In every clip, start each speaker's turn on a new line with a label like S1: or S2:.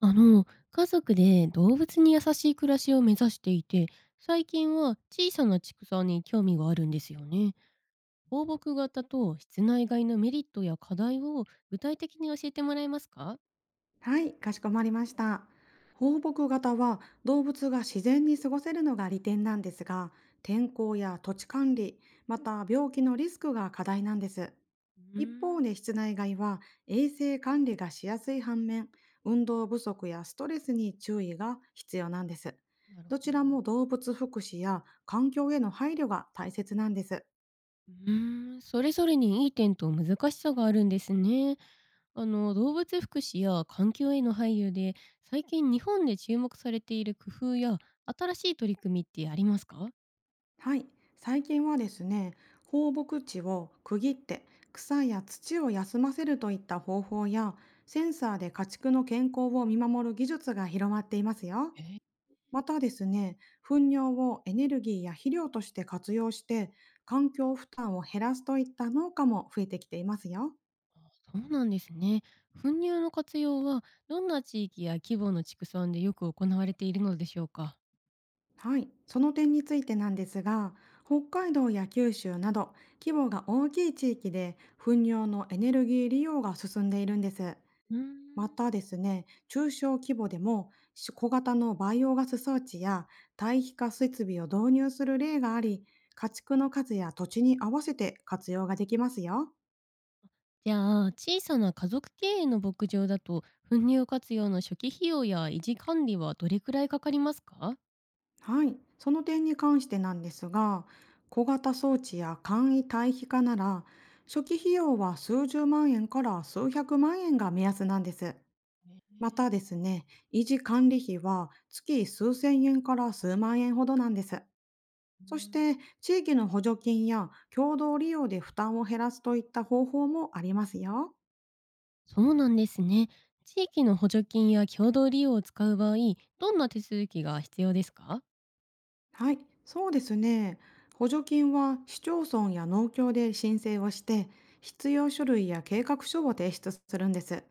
S1: 家族で動物に優しい暮らしを目指していて、最近は小さな畜産に興味があるんですよね。放牧型と室内外のメリットや課題を具体的に教えてもらえますか？
S2: はい、かしこまりました。放牧型は動物が自然に過ごせるのが利点なんですが、天候や土地管理、また病気のリスクが課題なんです。
S1: うー
S2: 一方で
S1: ん、
S2: 室内外は衛生管理がしやすい反面、運動不足やストレスに注意が必要なんです。
S1: なる
S2: ど
S1: ほ
S2: ちら
S1: ど。
S2: も動物福祉や環境への配慮が大切なんです。
S1: それぞれにいい点と難しさがあるんですね。動物福祉や環境への配慮で、最近日本で注目されている工夫や新しい取り組みってありますか？
S2: はい、最近はですね、放牧地を区切って草や土を休ませるといった方法や、センサーで家畜の健康を見守る技術が広まっていますよ。
S1: えー。
S2: またですね、糞尿をエネルギーや肥料として活用して、環境負担を減らすといった農家も増えてきていますよ。
S1: あ、そうなんですね。糞乳の活用はどんな地域や規模の畜産でよく行われているのでしょうか？
S2: はい、その点についてなんですが、北海道や九州など規模が大きい地域で糞尿のエネルギー利用が進んでいるんです。
S1: うー
S2: ま
S1: ん、
S2: たですね、中小規模でも小型のバイオガス装置や堆肥化設備を導入する例があり、家畜の数や土地に合わせて活用ができますよ。
S1: じゃあ、小さな家族経営の牧場だと糞乳活用の初期費用や維持管理はどれくらいかかりますか？
S2: はい、その点に関してなんですが、小型装置や簡易堆肥化なら、初期費用は数十万円から数百万円が目安なんです。
S1: ね
S2: また
S1: え
S2: で
S1: ー。
S2: すね、維持管理費は月数千円から数万円ほどなんです。
S1: う
S2: そし
S1: ん、
S2: て地域の補助金や共同利用で負担を減らすといった方法もありますよ。
S1: そうなんですね。地域の補助金や共同利用を使う場合、どんな手続きが必要ですか？
S2: はい、そうですね。補助金は市町村や農協で申請をして、必要書類や計画書を提出するんです。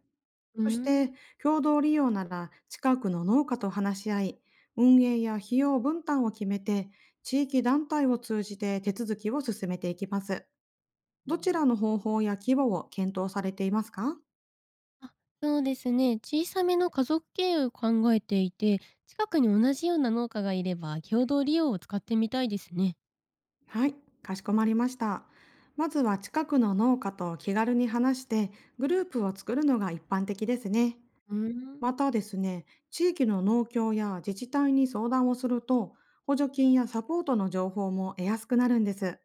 S1: うー
S2: そし
S1: ん。
S2: て共同利用なら近くの農家と話し合い、運営や費用分担を決めて、地域団体を通じて手続きを進めていきます。どちらの方法や規模を検討されていますか？
S1: あ、そうですね。小さめの家族経営を考えていて、近くに同じような農家がいれば、共同利用を使ってみたいですね。
S2: はい、かしこまりました。まずは近くの農家と気軽に話してグループを作るのが一般的ですね。
S1: うーん。
S2: またですね、地域の農協や自治体に相談をすると補助金やサポートの情報も得やすくなるんです。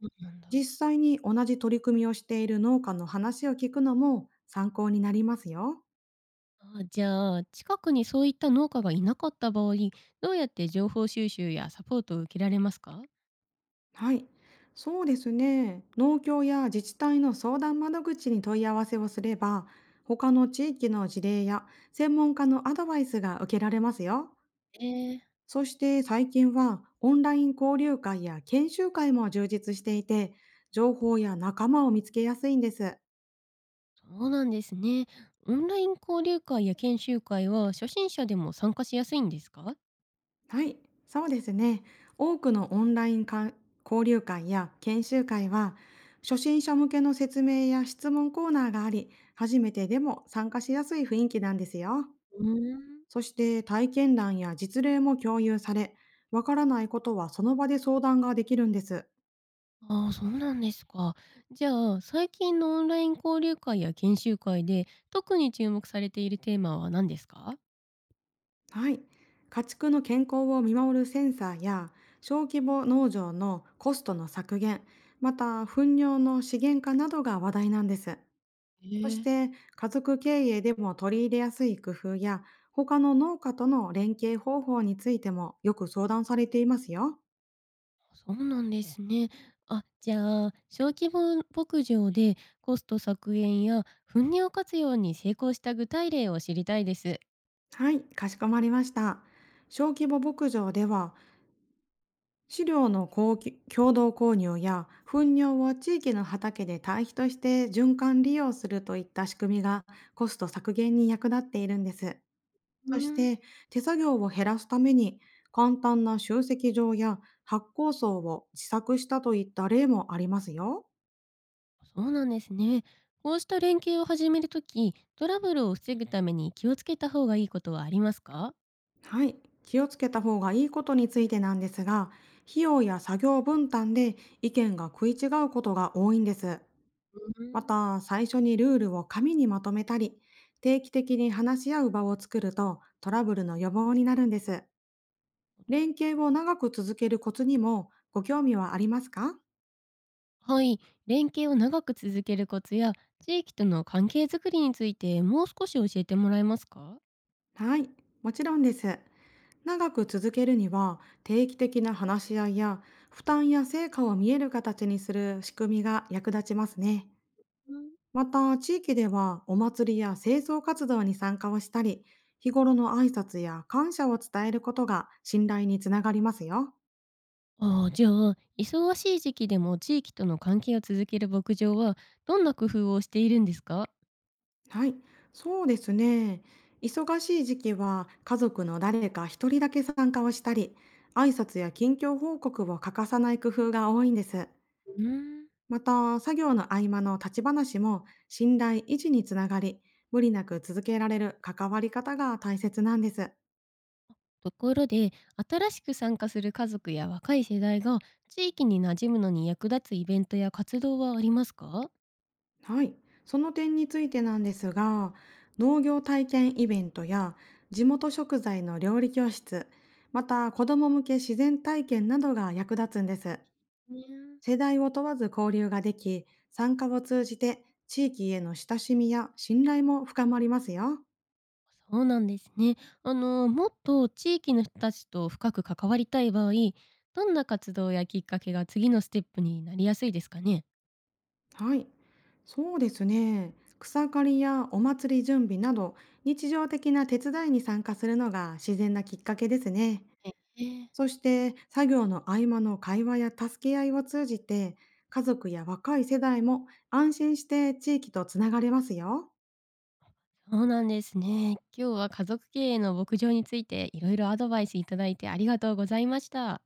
S1: そうなんだ。
S2: 実際に同じ取り組みをしている農家の話を聞くのも参考になりますよ。
S1: あ、じゃあ、近くにそういった農家がいなかった場合、どうやって情報収集やサポートを受けられますか？
S2: はい、そうですね。農協や自治体の相談窓口に問い合わせをすれば、他の地域の事例や専門家のアドバイスが受けられますよ。
S1: えー。
S2: そして最近はオンライン交流会や研修会も充実していて、情報や仲間を見つけやすいんです。
S1: そうなんですね。オンライン交流会や研修会は初心者でも参加しやすいんですか？
S2: はい、そうですね。多くのオンライン交流会や研修会は、初心者向けの説明や質問コーナーがあり、初めてでも参加しやすい雰囲気なんですよ。
S1: うーん。
S2: そして体験談や実例も共有され、わからないことはその場で相談ができるんです。
S1: ああ、そうなんですか。じゃあ、最近のオンライン交流会や研修会で特に注目されているテーマは何ですか？
S2: はい。家畜の健康を見守るセンサーや、小規模農場のコストの削減、また糞尿の資源化などが話題なんです。
S1: え
S2: そし
S1: え。
S2: て、家族経営でも取り入れやすい工夫や、他の農家との連携方法についてもよく相談されていますよ。
S1: そうなんですね。あ、じゃあ、小規模牧場でコスト削減や糞尿活用に成功した具体例を知りたいです。
S2: はい、かしこまりました。小規模牧場では、飼料の共同購入や糞尿を地域の畑で堆肥として循環利用するといった仕組みがコスト削減に役立っているんです。
S1: う
S2: そし
S1: ーん、
S2: て、手作業を減らすために、簡単な集積場や発酵槽を自作したといった例もありますよ。
S1: そうなんですね。こうした連携を始めるとき、トラブルを防ぐために気をつけた方がいいことはありますか？
S2: はい。気をつけた方がいいことについてなんですが、費用や作業分担で意見が食い違うことが多いんです。
S1: うー
S2: ま
S1: ん。
S2: た、最初にルールを紙にまとめたり、定期的に話し合う場を作るとトラブルの予防になるんです。連携を長く続けるコツにもご興味はありますか？
S1: はい、連携を長く続けるコツや地域との関係づくりについてもう少し教えてもらえますか？
S2: はい、もちろんです。長く続けるには定期的な話し合いや負担や成果を見える形にする仕組みが役立ちますね。
S1: うん。
S2: また地域では、お祭りや清掃活動に参加をしたり、日頃の挨拶や感謝を伝えることが信頼につながりますよ。
S1: ああ、じゃあ忙しい時期でも地域との関係を続ける牧場はどんな工夫をしているんですか？
S2: はい、そうですね。忙しい時期は家族の誰か一人だけ参加をしたり、挨拶や近況報告を欠かさない工夫が多いんです。
S1: うーん。
S2: また、作業の合間の立ち話も信頼維持につながり、無理なく続けられる関わり方が大切なんです。
S1: ところで、新しく参加する家族や若い世代が地域に馴染むのに役立つイベントや活動はありますか？
S2: はい。その点についてなんですが、農業体験イベントや地元食材の料理教室、また子ども向け自然体験などが役立つんです。
S1: ね。
S2: 世代を問わず交流ができ、参加を通じて地域への親しみや信頼も深まりますよ。
S1: そうなんですね。もっと地域の人たちと深く関わりたい場合、どんな活動やきっかけが次のステップになりやすいですかね？
S2: はい、そうですね。草刈りやお祭り準備など、日常的な手伝いに参加するのが自然なきっかけですね。
S1: えー。
S2: そして、作業の合間の会話や助け合いを通じて、家族や若い世代も安心して地域とつながれますよ。
S1: そうなんですね。今日は家族経営の牧場についていろいろアドバイスいただいてありがとうございました。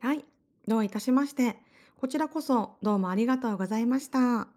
S2: はい、どういたしまして。こちらこそどうもありがとうございました。